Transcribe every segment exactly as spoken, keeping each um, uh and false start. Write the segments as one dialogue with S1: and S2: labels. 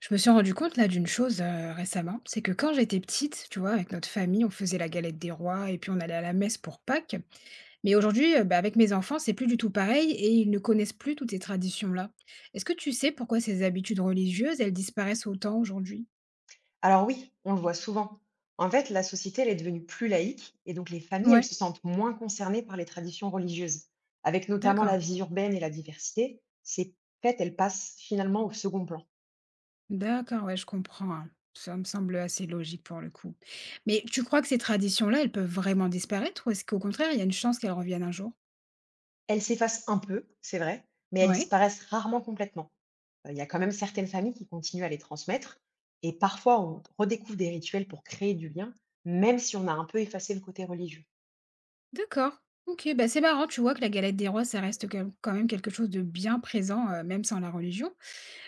S1: Je me suis rendu compte là d'une chose, heu, récemment, c'est que quand j'étais petite, tu vois, avec notre famille, on faisait la galette des rois et puis on allait à la messe pour Pâques. Mais aujourd'hui, heu, bah, avec mes enfants, c'est plus du tout pareil et ils ne connaissent plus toutes ces traditions-là. Est-ce que tu sais pourquoi ces habitudes religieuses, elles disparaissent autant aujourd'hui?
S2: Alors oui, on le voit souvent. En fait, la société, elle est devenue plus laïque et donc les familles, elles
S1: Ouais,
S2: se sentent moins concernées par les traditions religieuses. Avec notamment
S1: d'accord.
S2: la vie urbaine et la diversité, ces fêtes, elles passent finalement au second plan.
S1: D'accord, ouais, je comprends, hein. Ça me semble assez logique pour le coup. Mais tu crois que ces traditions-là, elles peuvent vraiment disparaître ou est-ce qu'au contraire, il y a une chance qu'elles reviennent un jour?
S2: Elles s'effacent un peu, c'est vrai, mais elles
S1: Ouais.
S2: disparaissent rarement complètement. Euh, Il y a quand même certaines familles qui continuent à les transmettre et parfois on redécouvre des rituels pour créer du lien, même si on a un peu effacé le côté religieux.
S1: D'accord. OK, bah, c'est marrant, tu vois que la galette des rois, ça reste quand quand même quelque chose de bien présent, heu, même sans la religion.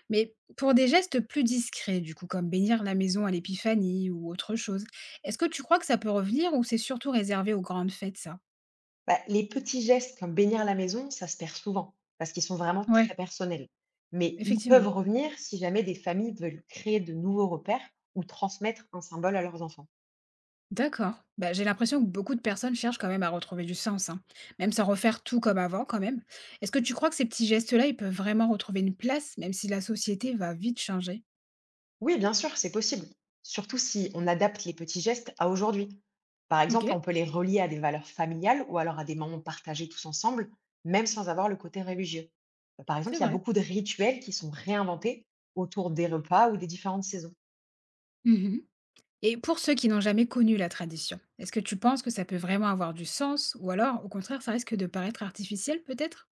S1: Mais pour des gestes plus discrets, du coup, comme bénir la maison à l'épiphanie ou autre chose, est-ce que tu crois que ça peut revenir ou c'est surtout réservé aux grandes fêtes, ça?
S2: Bah, les petits gestes comme bénir la maison, ça se perd souvent parce qu'ils sont vraiment
S1: Ouais,
S2: très personnels. Mais ils peuvent
S1: effectivement.
S2: revenir si jamais des familles veulent créer de nouveaux repères ou transmettre un symbole à leurs enfants.
S1: D'accord. Bah, j'ai l'impression que beaucoup de personnes cherchent quand même à retrouver du sens, hein, même sans refaire tout comme avant quand même. Est-ce que tu crois que ces petits gestes-là, ils peuvent vraiment retrouver une place, même si la société va vite changer?
S2: Oui, bien sûr, c'est possible. Surtout si on adapte les petits gestes à aujourd'hui. Par exemple,
S1: OK,
S2: on peut les relier à des valeurs familiales ou alors à des moments partagés tous ensemble, même sans avoir le côté religieux. Par exemple,
S1: c'est
S2: il y a
S1: vrai.
S2: beaucoup de rituels qui sont réinventés autour des repas ou des différentes saisons.
S1: Mmh. Et pour ceux qui n'ont jamais connu la tradition, est-ce que tu penses que ça peut vraiment avoir du sens ou alors au contraire ça risque de paraître artificiel peut-être?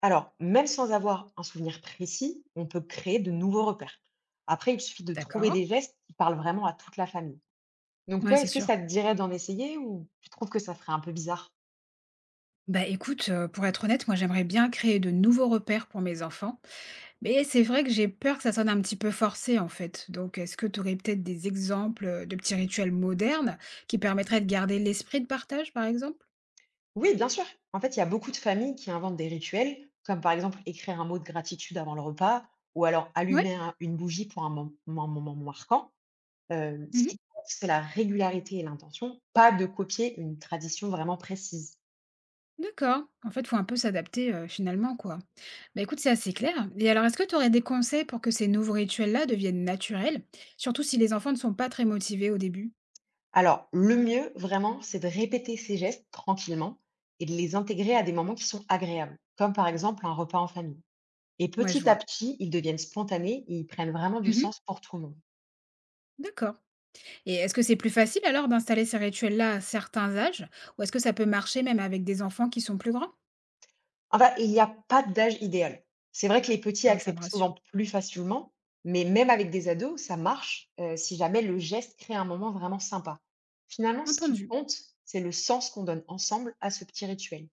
S2: Alors, même sans avoir un souvenir précis, on peut créer de nouveaux repères. Après, il suffit de trouver
S1: D'accord.
S2: des gestes qui parlent vraiment à toute la famille. Donc
S1: Ouais,
S2: toi,
S1: c'est
S2: est-ce que
S1: sûr.
S2: ça te dirait d'en essayer ou tu trouves que ça ferait un peu bizarre?
S1: Bah écoute, euh, pour être honnête, moi j'aimerais bien créer de nouveaux repères pour mes enfants, mais c'est vrai que j'ai peur que ça sonne un petit peu forcé en fait. Donc est-ce que tu aurais peut-être des exemples euh, de petits rituels modernes qui permettraient de garder l'esprit de partage par exemple?
S2: Oui, bien sûr. En fait, il y a beaucoup de familles qui inventent des rituels, comme par exemple écrire un mot de gratitude avant le repas, ou alors
S1: Ouais.
S2: allumer un- une bougie pour un mom- un moment marquant. Euh, ce qui compte, c'est la régularité et l'intention, pas de copier une tradition vraiment précise.
S1: D'accord. En fait, faut un peu s'adapter, heu, finalement, quoi. Bah, écoute, c'est assez clair et alors est-ce que tu aurais des conseils pour que ces nouveaux rituels-là deviennent naturels? Surtout si les enfants ne sont pas très motivés au début?
S2: Alors, le mieux, vraiment, c'est de répéter ces gestes tranquillement et de les intégrer à des moments qui sont agréables, comme par exemple un repas en famille. Et
S1: Ouais, je
S2: petit à
S1: vois.
S2: petit, ils deviennent spontanés et ils prennent vraiment du
S1: Mmh.
S2: sens pour tout le monde.
S1: D'accord, et est-ce que c'est plus facile alors d'installer ces rituels-là à certains âges? Ou est-ce que ça peut marcher même avec des enfants qui sont plus grands?
S2: Enfin, il n'y a pas d'âge idéal. C'est vrai que les petits
S1: Ah ouais, ça me
S2: acceptent
S1: rassure.
S2: souvent plus facilement, mais même avec des ados, ça marche euh, si jamais le geste crée un moment vraiment sympa. Finalement, ce qui
S1: Entendu.
S2: compte, c'est le sens qu'on donne ensemble à ce petit rituel.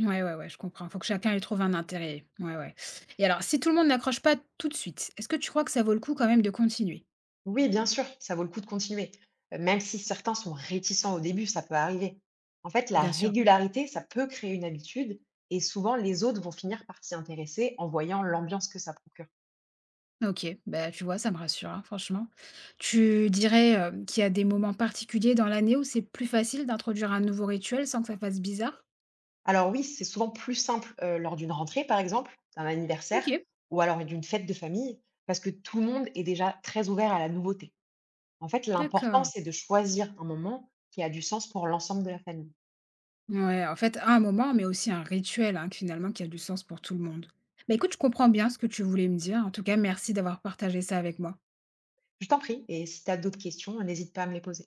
S1: Ouais, ouais, ouais, je comprends. Faut que chacun y trouve un intérêt. Ouais, ouais, et alors si tout le monde n'accroche pas tout de suite, est-ce que tu crois que ça vaut le coup quand même de continuer?
S2: Oui, bien sûr, ça vaut le coup de continuer, euh, même si certains sont réticents au début, ça peut arriver. En fait, la
S1: Bien sûr.
S2: régularité, ça peut créer une habitude et souvent les autres vont finir par s'y intéresser en voyant l'ambiance que ça procure.
S1: OK, bah, tu vois, ça me rassure, hein, franchement. Tu dirais, heu, qu'il y a des moments particuliers dans l'année où c'est plus facile d'introduire un nouveau rituel sans que ça fasse bizarre?
S2: Alors oui, c'est souvent plus simple euh, lors d'une rentrée, par exemple, d'un anniversaire
S1: OK,
S2: ou alors d'une fête de famille, parce que tout le monde est déjà très ouvert à la nouveauté. En fait, l'important,
S1: d'accord.
S2: c'est de choisir un moment qui a du sens pour l'ensemble de la famille.
S1: Ouais, en fait, un moment, mais aussi un rituel, hein, que finalement, qui a du sens pour tout le monde. Bah, écoute, je comprends bien ce que tu voulais me dire. En tout cas, merci d'avoir partagé ça avec moi.
S2: Je t'en prie, et si tu as d'autres questions, n'hésite pas à me les poser.